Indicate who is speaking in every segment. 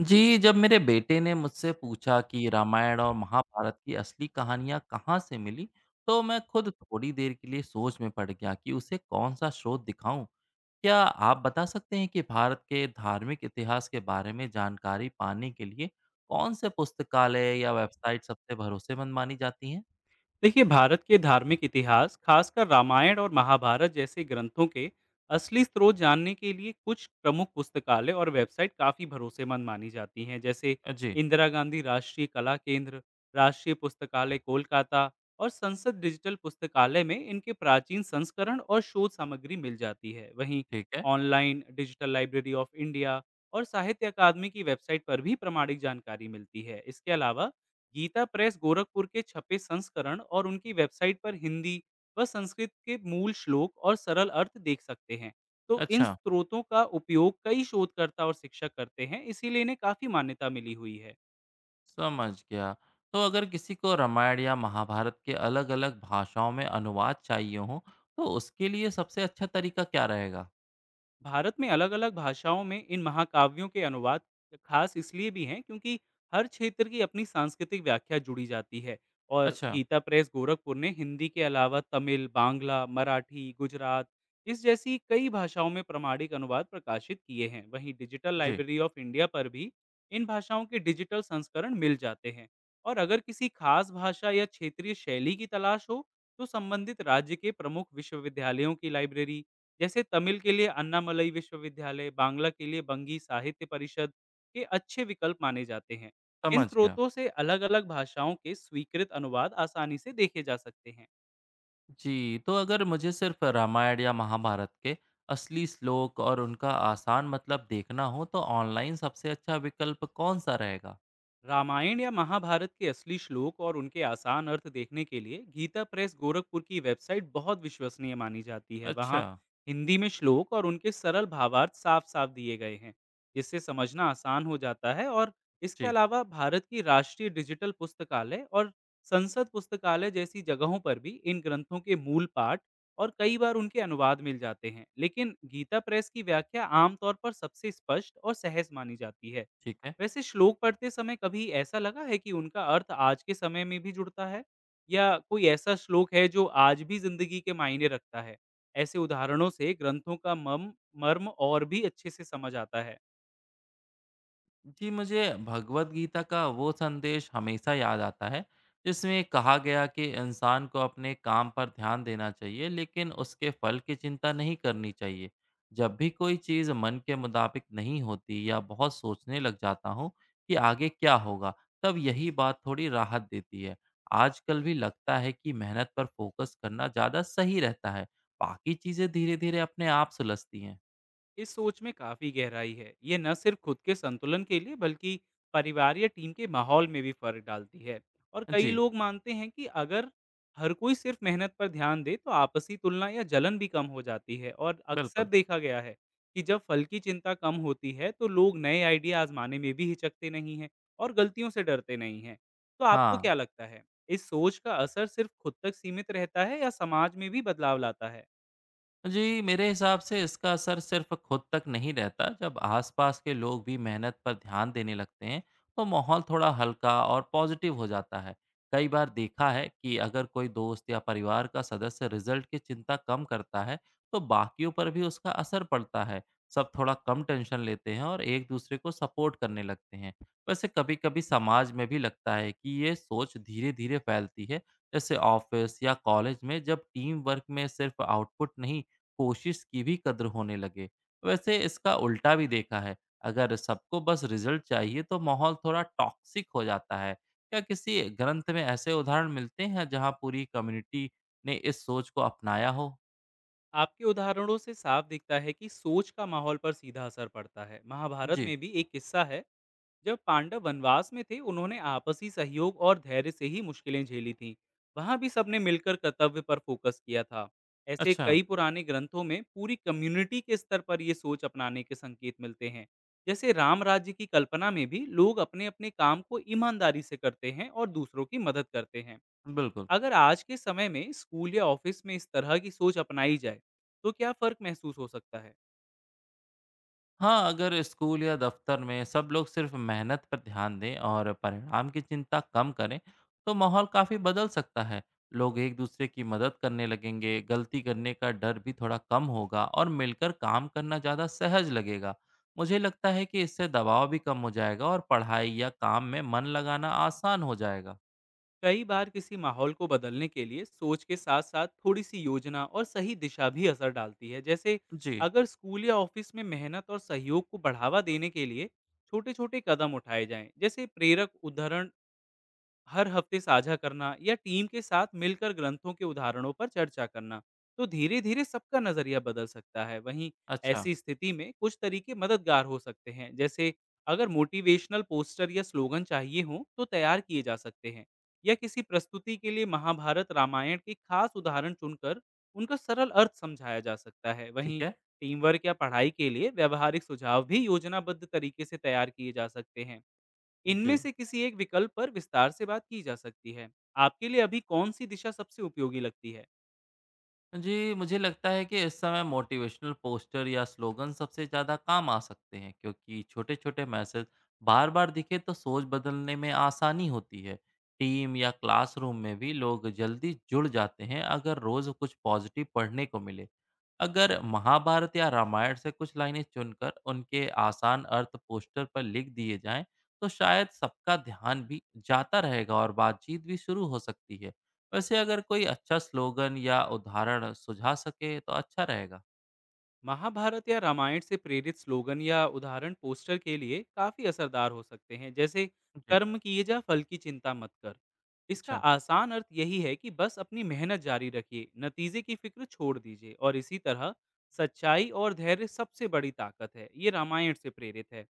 Speaker 1: जी, जब मेरे बेटे ने मुझसे पूछा कि रामायण और महाभारत की असली कहानियाँ कहाँ से मिली, तो मैं खुद थोड़ी देर के लिए सोच में पड़ गया कि उसे कौन सा स्रोत दिखाऊं। क्या आप बता सकते हैं कि भारत के धार्मिक इतिहास के बारे में जानकारी पाने के लिए कौन से पुस्तकालय या वेबसाइट सबसे भरोसेमंद मानी जाती हैं?
Speaker 2: देखिए, भारत के धार्मिक इतिहास, खासकर रामायण और महाभारत जैसे ग्रंथों के असली स्रोत जानने के लिए कुछ प्रमुख पुस्तकालय और वेबसाइट काफ़ी भरोसेमंद मानी जाती हैं। जैसे
Speaker 1: जी।
Speaker 2: इंदिरा गांधी राष्ट्रीय कला केंद्र, राष्ट्रीय पुस्तकालय कोलकाता और संसद डिजिटल पुस्तकालय में इनके प्राचीन संस्करण और शोध सामग्री मिल जाती है। वहीं
Speaker 1: ठीक है।
Speaker 2: Online digital library of India और साहित्य अकादमी की वेबसाइट पर भी प्रमाणिक जानकारी मिलती है। इसके अलावा गीता प्रेस गोरखपुर के छपे संस्करण और उनकी वेबसाइट पर हिंदी व संस्कृत के मूल श्लोक और सरल अर्थ देख सकते हैं। तो इन
Speaker 1: अच्छा।
Speaker 2: स्रोतों का उपयोग कई शोधकर्ता और शिक्षक करते हैं, इसीलिए इन्हें काफी मान्यता मिली हुई है।
Speaker 1: समझ गया। तो अगर किसी को रामायण या महाभारत के अलग-अलग भाषाओं में अनुवाद चाहिए हो, तो उसके लिए सबसे अच्छा तरीका क्या रहेगा?
Speaker 2: भारत में अलग-अलग भाषाओं में इन महाकाव्यों के अनुवाद खास इसलिए भी हैं क्योंकि हर क्षेत्र की अपनी सांस्कृतिक व्याख्या जुड़ी जाती है। और
Speaker 1: अच्छा।
Speaker 2: गीता प्रेस गोरखपुर ने हिंदी के अलावा तमिल, बांग्ला, मराठी, गुजरात इस जैसी कई भाषाओं में प्रमाणिक अनुवाद प्रकाशित किए हैं। वहीं डिजिटल
Speaker 1: जी।
Speaker 2: लाइब्रेरी ऑफ इंडिया पर भी इन भाषाओं के डिजिटल संस्करण मिल जाते हैं। और अगर किसी खास भाषा या क्षेत्रीय शैली की तलाश हो तो संबंधित राज्य के प्रमुख विश्वविद्यालयों की लाइब्रेरी, जैसे तमिल के लिए अन्नामलई विश्वविद्यालय, बांग्ला के लिए बंगी साहित्य परिषद के अच्छे विकल्प माने जाते हैं। इन
Speaker 1: समझ गया।
Speaker 2: स्रोतों से अलग-अलग भाषाओं के स्वीकृत अनुवाद आसानी से देखे जा सकते हैं।
Speaker 1: जी, तो अगर मुझे सिर्फ रामायण या महाभारत के असली श्लोक और उनका आसान मतलब देखना हो, तो ऑनलाइन सबसे अच्छा विकल्प कौन-सा रहेगा?
Speaker 2: रामायण या महाभारत के असली श्लोक और उनके आसान अर्थ देखने के लिए गीता प्रेस गोरखपुर की वेबसाइट बहुत विश्वसनीय मानी जाती है। वहाँ
Speaker 1: अच्छा।
Speaker 2: हिंदी में श्लोक और उनके सरल भावार्थ साफ साफ दिए गए हैं, जिससे समझना आसान हो जाता है। और इसके
Speaker 1: जी।
Speaker 2: अलावा भारत की राष्ट्रीय डिजिटल पुस्तकालय और संसद पुस्तकालय जैसी जगहों पर भी इन ग्रंथों के मूल पाठ और कई बार उनके अनुवाद मिल जाते हैं, लेकिन गीता प्रेस की व्याख्या आमतौर पर सबसे स्पष्ट और सहज मानी जाती है।
Speaker 1: ठीक है।
Speaker 2: वैसे श्लोक पढ़ते समय कभी ऐसा लगा है कि उनका अर्थ आज के समय में भी जुड़ता है? या कोई ऐसा श्लोक है जो आज भी ज़िंदगी के मायने रखता है? ऐसे उदाहरणों से ग्रंथों का मम मर्म और भी अच्छे से समझ आता है।
Speaker 1: जी, मुझे भगवद गीता का वो संदेश हमेशा याद आता है, जिसमें कहा गया कि इंसान को अपने काम पर ध्यान देना चाहिए, लेकिन उसके फल की चिंता नहीं करनी चाहिए। जब भी कोई चीज़ मन के मुताबिक नहीं होती या बहुत सोचने लग जाता हूँ कि आगे क्या होगा, तब यही बात थोड़ी राहत देती है। आजकल भी लगता है कि मेहनत पर फोकस करना ज़्यादा सही रहता है, बाकी चीज़ें धीरे-धीरे अपने आप सुलझती हैं।
Speaker 2: इस सोच में काफी गहराई है। ये न सिर्फ खुद के संतुलन के लिए बल्कि परिवार या टीम के माहौल में भी फर्क डालती है। और कई
Speaker 1: जी।
Speaker 2: लोग मानते हैं कि अगर हर कोई सिर्फ मेहनत पर ध्यान दे तो आपसी तुलना या जलन भी कम हो जाती है। और अक्सर
Speaker 1: बिल्कुल।
Speaker 2: देखा गया है कि जब फल की चिंता कम होती है तो लोग नए आइडिया आजमाने में भी हिचकते नहीं हैं और गलतियों से डरते नहीं हैं। तो आपको
Speaker 1: हाँ।
Speaker 2: क्या लगता है, इस सोच का असर सिर्फ खुद तक सीमित रहता है या समाज में भी बदलाव लाता है?
Speaker 1: जी, मेरे हिसाब से इसका असर सिर्फ खुद तक नहीं रहता। जब आसपास के लोग भी मेहनत पर ध्यान देने लगते हैं, तो माहौल थोड़ा हल्का और पॉजिटिव हो जाता है। कई बार देखा है कि अगर कोई दोस्त या परिवार का सदस्य रिजल्ट की चिंता कम करता है, तो बाकियों पर भी उसका असर पड़ता है। सब थोड़ा कम टेंशन लेते हैं और एक दूसरे को सपोर्ट करने लगते हैं। वैसे कभी-कभी समाज में भी लगता है कि ये सोच धीरे-धीरे फैलती है, जैसे ऑफिस या कॉलेज में जब टीम वर्क में सिर्फ आउटपुट नहीं, कोशिश की भी कद्र होने लगे। वैसे इसका उल्टा भी देखा है, अगर सबको बस रिजल्ट चाहिए तो माहौल थोड़ा टॉक्सिक हो जाता है। क्या किसी ग्रंथ में ऐसे उदाहरण मिलते हैं जहाँ पूरी कम्युनिटी ने इस सोच को अपनाया हो?
Speaker 2: आपके उदाहरणों से साफ दिखता है कि सोच का माहौल पर सीधा असर पड़ता है। महाभारत
Speaker 1: जी।
Speaker 2: में भी एक किस्सा है, जब पांडव वनवास में थे, उन्होंने आपसी सहयोग और धैर्य से ही मुश्किलें झेली थीं। वहाँ भी सबने मिलकर कर्तव्य पर फोकस किया था। ऐसे
Speaker 1: अच्छा।
Speaker 2: कई पुराने ग्रंथों में पूरी कम्युनिटी के स्तर पर ये सोच अपनाने के संकेत मिलते हैं। जैसे राम राज्य की कल्पना में भी लोग अपने-अपने काम को ईमानदारी से करते हैं और दूसरों की मदद करते हैं।
Speaker 1: बिल्कुल।
Speaker 2: अगर आज के समय में स्कूल या ऑफिस में इस तरह की सोच अपनाई जाए, तो क्या फ़र्क महसूस हो सकता है?
Speaker 1: हाँ, अगर स्कूल या दफ्तर में सब लोग सिर्फ मेहनत पर ध्यान दें और परिणाम की चिंता कम करें तो माहौल काफ़ी बदल सकता है। लोग एक दूसरे की मदद करने लगेंगे, गलती करने का डर भी थोड़ा कम होगा और मिलकर काम करना ज़्यादा सहज लगेगा। मुझे लगता है कि इससे दबाव भी कम हो जाएगा और पढ़ाई या काम में मन लगाना आसान हो जाएगा।
Speaker 2: कई बार किसी माहौल को बदलने के लिए सोच के साथ-साथ थोड़ी-सी योजना और सही दिशा भी असर डालती है। जैसे
Speaker 1: जी।
Speaker 2: अगर स्कूल या ऑफिस में मेहनत और सहयोग को बढ़ावा देने के लिए छोटे-छोटे कदम उठाए जाएँ, जैसे प्रेरक उदाहरण हर हफ्ते साझा करना या टीम के साथ मिलकर ग्रंथों के उदाहरणों पर चर्चा करना, तो धीरे धीरे सबका नजरिया बदल सकता है। वहीं
Speaker 1: अच्छा।
Speaker 2: ऐसी स्थिति में कुछ तरीके मददगार हो सकते हैं, जैसे अगर मोटिवेशनल पोस्टर या स्लोगन चाहिए हो तो तैयार किए जा सकते हैं, या किसी प्रस्तुति के लिए महाभारत रामायण के खास उदाहरण चुनकर उनका सरल अर्थ समझाया जा सकता है।
Speaker 1: ठीक
Speaker 2: वहीं
Speaker 1: है।
Speaker 2: टीम वर्क या पढ़ाई के लिए व्यवहारिक सुझाव भी योजनाबद्ध तरीके से तैयार किए जा सकते हैं।
Speaker 1: जी।
Speaker 2: इनमें से किसी एक विकल्प पर विस्तार से बात की जा सकती है। आपके लिए अभी कौन-सी दिशा सबसे उपयोगी लगती है?
Speaker 1: जी, मुझे लगता है कि इस समय मोटिवेशनल पोस्टर या स्लोगन सबसे ज़्यादा काम आ सकते हैं क्योंकि छोटे-छोटे मैसेज बार-बार दिखे तो सोच बदलने में आसानी होती है। टीम या क्लासरूम में भी लोग जल्दी जुड़ जाते हैं अगर रोज़ कुछ पॉजिटिव पढ़ने को मिले। अगर महाभारत या रामायण से कुछ लाइनें चुनकर उनके आसान अर्थ पोस्टर पर लिख दिए जाएँ, तो शायद सबका ध्यान भी जाता रहेगा और बातचीत भी शुरू हो सकती है। वैसे अगर कोई अच्छा स्लोगन या उदाहरण सुझा सके तो अच्छा रहेगा।
Speaker 2: महाभारत या रामायण से प्रेरित स्लोगन या उदाहरण पोस्टर के लिए काफी असरदार हो सकते हैं। जैसे
Speaker 1: जी।
Speaker 2: कर्म किए जा फल की चिंता मत कर, इसका
Speaker 1: अच्छा।
Speaker 2: आसान अर्थ यही है कि बस अपनी मेहनत जारी रखिए, नतीजे की फिक्र छोड़ दीजिए। और इसी तरह सच्चाई और धैर्य सबसे बड़ी ताकत है, ये रामायण से प्रेरित है।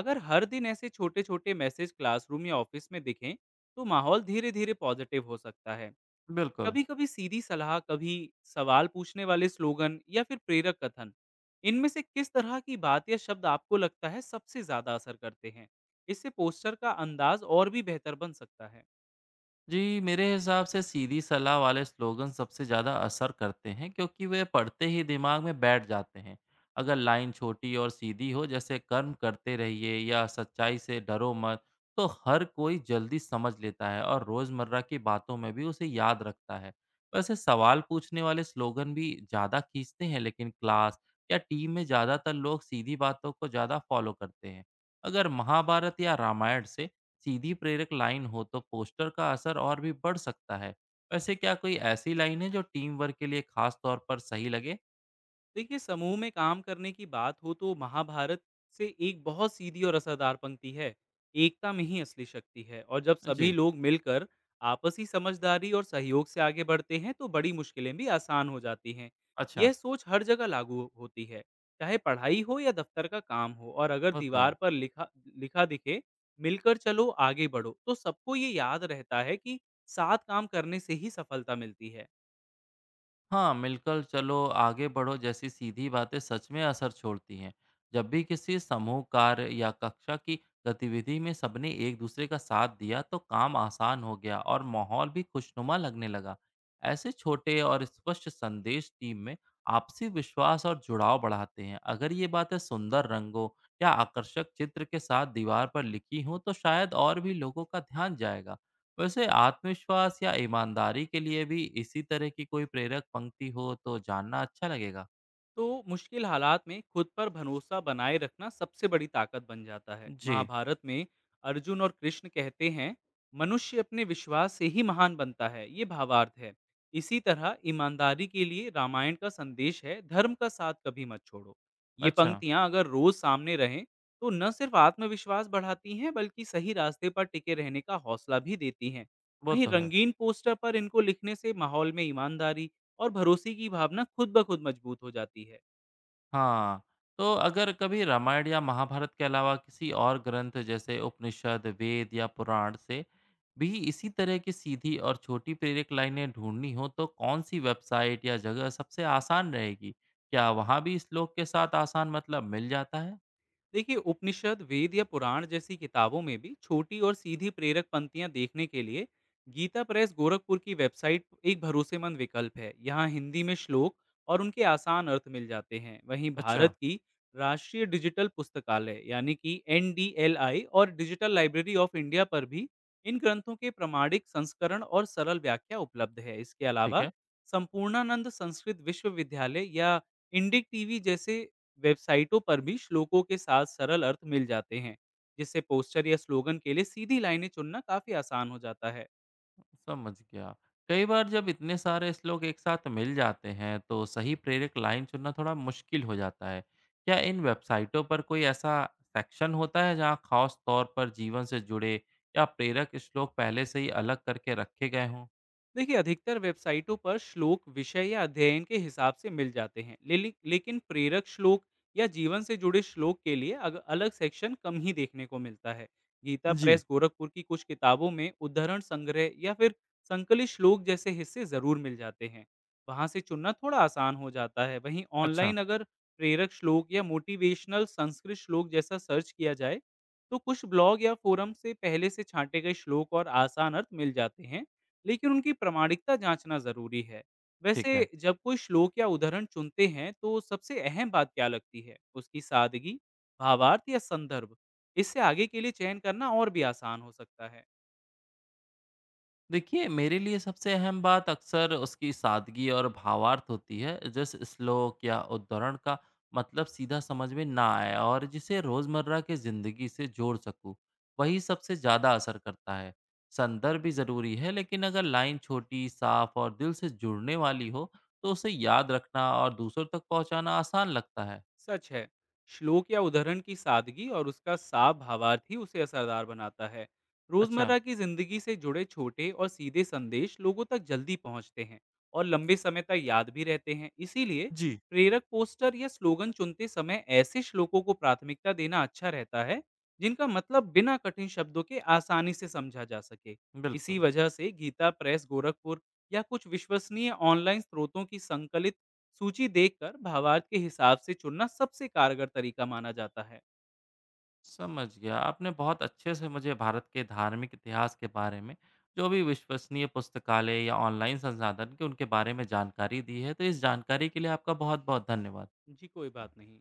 Speaker 2: अगर हर दिन ऐसे छोटे छोटे मैसेज क्लासरूम या ऑफिस में दिखें तो माहौल धीरे धीरे पॉजिटिव हो सकता है।
Speaker 1: बिल्कुल।
Speaker 2: कभी-कभी सीधी सलाह, कभी सवाल पूछने वाले स्लोगन, या फिर प्रेरक कथन, इनमें से किस तरह की बात या शब्द आपको लगता है सबसे ज़्यादा असर करते हैं? इससे पोस्टर का अंदाज और भी बेहतर बन सकता है।
Speaker 1: जी, मेरे हिसाब से सीधी सलाह वाले स्लोगन सबसे ज़्यादा असर करते हैं क्योंकि वे पढ़ते ही दिमाग में बैठ जाते हैं। अगर लाइन छोटी और सीधी हो, जैसे कर्म करते रहिए या सच्चाई से डरो मत, तो हर कोई जल्दी समझ लेता है और रोज़मर्रा की बातों में भी उसे याद रखता है। वैसे सवाल पूछने वाले स्लोगन भी ज़्यादा खींचते हैं, लेकिन क्लास या टीम में ज़्यादातर लोग सीधी बातों को ज़्यादा फॉलो करते हैं। अगर महाभारत या रामायण से सीधी प्रेरक लाइन हो तो पोस्टर का असर और भी बढ़ सकता है। वैसे क्या कोई ऐसी लाइन है जो टीम वर्क के लिए खास तौर पर सही लगे?
Speaker 2: देखिए, समूह में काम करने की बात हो तो महाभारत से एक बहुत सीधी और असरदार पंक्ति है, एकता में ही असली शक्ति है। और जब सभी
Speaker 1: जी।
Speaker 2: लोग मिलकर आपसी समझदारी और सहयोग से आगे बढ़ते हैं तो बड़ी मुश्किलें भी आसान हो जाती हैं।
Speaker 1: अच्छा।
Speaker 2: यह सोच हर जगह लागू होती है, चाहे पढ़ाई हो या दफ्तर का काम हो। और अगर
Speaker 1: वो तो
Speaker 2: दीवार
Speaker 1: है।
Speaker 2: पर लिखा लिखा दिखे, मिलकर चलो आगे बढ़ो, तो सबको ये याद रहता है कि साथ काम करने से ही सफलता मिलती है।
Speaker 1: हाँ, मिलकर चलो आगे बढ़ो जैसी सीधी बातें सच में असर छोड़ती हैं। जब भी किसी समूह कार्य या कक्षा की गतिविधि में सबने एक दूसरे का साथ दिया तो काम आसान हो गया और माहौल भी खुशनुमा लगने लगा। ऐसे छोटे और स्पष्ट संदेश टीम में आपसी विश्वास और जुड़ाव बढ़ाते हैं। अगर ये बातें सुंदर रंगों या आकर्षक चित्र के साथ दीवार पर लिखी हों तो शायद और भी लोगों का ध्यान जाएगा। वैसे आत्मविश्वास या ईमानदारी के लिए भी इसी तरह की कोई प्रेरक पंक्ति हो तो जानना अच्छा लगेगा।
Speaker 2: तो मुश्किल हालात में खुद पर भरोसा बनाए रखना सबसे बड़ी ताकत बन जाता है।
Speaker 1: जी।
Speaker 2: महाभारत में अर्जुन और कृष्ण कहते हैं, मनुष्य अपने विश्वास से ही महान बनता है, ये भावार्थ है। इसी तरह ईमानदारी के लिए रामायण का संदेश है, धर्म का साथ कभी मत छोड़ो। ये
Speaker 1: अच्छा।
Speaker 2: पंक्तियां अगर रोज सामने रहें तो न सिर्फ आत्मविश्वास बढ़ाती हैं, बल्कि सही रास्ते पर टिके रहने का हौसला भी देती हैं।
Speaker 1: वो
Speaker 2: वहीं
Speaker 1: तो है।
Speaker 2: रंगीन पोस्टर पर इनको लिखने से माहौल में ईमानदारी और भरोसे की भावना खुद ब खुद मजबूत हो जाती है।
Speaker 1: हाँ, तो अगर कभी रामायण या महाभारत के अलावा किसी और ग्रंथ जैसे उपनिषद, वेद या पुराण से भी इसी तरह की सीधी और छोटी प्रेरक लाइनें ढूंढनी हो तो कौन सी वेबसाइट या जगह सबसे आसान रहेगी? क्या वहाँ भी श्लोक के साथ आसान मतलब मिल जाता है?
Speaker 2: देखिए, उपनिषद वेद या पुराण जैसी किताबों में भी छोटी और सीधी प्रेरक पंक्तियां देखने के लिए गीता प्रेस गोरखपुर की वेबसाइट एक भरोसेमंद विकल्प है। यहाँ हिंदी में श्लोक और उनके आसान अर्थ मिल जाते हैं। वहीं
Speaker 1: अच्छा।
Speaker 2: भारत की राष्ट्रीय डिजिटल पुस्तकालय यानी कि एन और डिजिटल लाइब्रेरी ऑफ इंडिया पर भी इन ग्रंथों के प्रमाणिक संस्करण और सरल व्याख्या उपलब्ध है। इसके
Speaker 1: ठीक
Speaker 2: अलावा
Speaker 1: है।
Speaker 2: संपूर्णानंद संस्कृत विश्वविद्यालय या इंडिक टीवी जैसे वेबसाइटों पर भी श्लोकों के साथ सरल अर्थ मिल जाते हैं, जिससे पोस्टर या स्लोगन के लिए सीधी लाइनें चुनना काफी आसान हो जाता है।
Speaker 1: समझ गया। कई बार जब इतने सारे श्लोक एक साथ मिल जाते हैं तो सही प्रेरक लाइन चुनना थोड़ा मुश्किल हो जाता है। क्या इन वेबसाइटों पर कोई ऐसा सेक्शन होता है जहाँ खास तौर पर जीवन से जुड़े या प्रेरक श्लोक पहले से ही अलग करके रखे गए हों?
Speaker 2: देखिए, अधिकतर वेबसाइटों पर श्लोक विषय या अध्ययन के हिसाब से मिल जाते हैं, लेकिन प्रेरक श्लोक या जीवन से जुड़े श्लोक के लिए अलग सेक्शन कम ही देखने को मिलता है। गीता
Speaker 1: जी।
Speaker 2: प्रेस गोरखपुर की कुछ किताबों में उद्धरण संग्रह या फिर संकलित श्लोक जैसे हिस्से जरूर मिल जाते हैं, वहां से चुनना थोड़ा आसान हो जाता है। वहीं
Speaker 1: अच्छा।
Speaker 2: ऑनलाइन अगर प्रेरक श्लोक या मोटिवेशनल संस्कृत श्लोक जैसा सर्च किया जाए तो कुछ ब्लॉग या फोरम से पहले से छांटे गए श्लोक और आसान अर्थ मिल जाते हैं, लेकिन उनकी प्रामाणिकता जांचना ज़रूरी है।
Speaker 1: ठीक है।
Speaker 2: वैसे जब कोई श्लोक या उदाहरण चुनते हैं तो सबसे अहम बात क्या लगती है? उसकी सादगी, भावार्थ या संदर्भ? इससे आगे के लिए चयन करना और भी आसान हो सकता है।
Speaker 1: देखिए, मेरे लिए सबसे अहम बात अक्सर उसकी सादगी और भावार्थ होती है, जिस श्लोक या उद्धरण का मतलब सीधा समझ में ना आए और जिसे रोज़मर्रा की ज़िंदगी से जोड़ सकूँ, वही सबसे ज़्यादा असर करता है। संदर्भ भी ज़रूरी है, लेकिन अगर लाइन छोटी, साफ और दिल से जुड़ने वाली हो, तो उसे याद रखना और दूसरों तक पहुँचाना आसान लगता है।
Speaker 2: सच है, श्लोक या उदाहरण की सादगी और उसका साफ भावार्थ ही उसे असरदार बनाता है।
Speaker 1: अच्छा।
Speaker 2: रोजमर्रा की जिंदगी से जुड़े छोटे और सीधे संदेश लोगों तक जल्दी पहुंचते हैं और लंबे समय तक याद भी रहते हैं। इसीलिए
Speaker 1: जी।
Speaker 2: प्रेरक पोस्टर या स्लोगन चुनते समय ऐसे श्लोकों को प्राथमिकता देना अच्छा रहता है, जिनका मतलब बिना कठिन शब्दों के आसानी से समझा जा सके। इसी
Speaker 1: बिल्कुल।
Speaker 2: वजह से गीता प्रेस गोरखपुर या कुछ विश्वसनीय ऑनलाइन स्रोतों की संकलित सूची देखकर भावार्थ के हिसाब से चुनना सबसे कारगर तरीका माना जाता है।
Speaker 1: समझ गया। आपने बहुत अच्छे से मुझे भारत के धार्मिक इतिहास के बारे में, जो भी विश्वसनीय पुस्तकालय या ऑनलाइन संसाधन के उनके बारे में जानकारी दी है, तो इस जानकारी के लिए आपका बहुत-बहुत धन्यवाद।
Speaker 2: जी, कोई बात नहीं।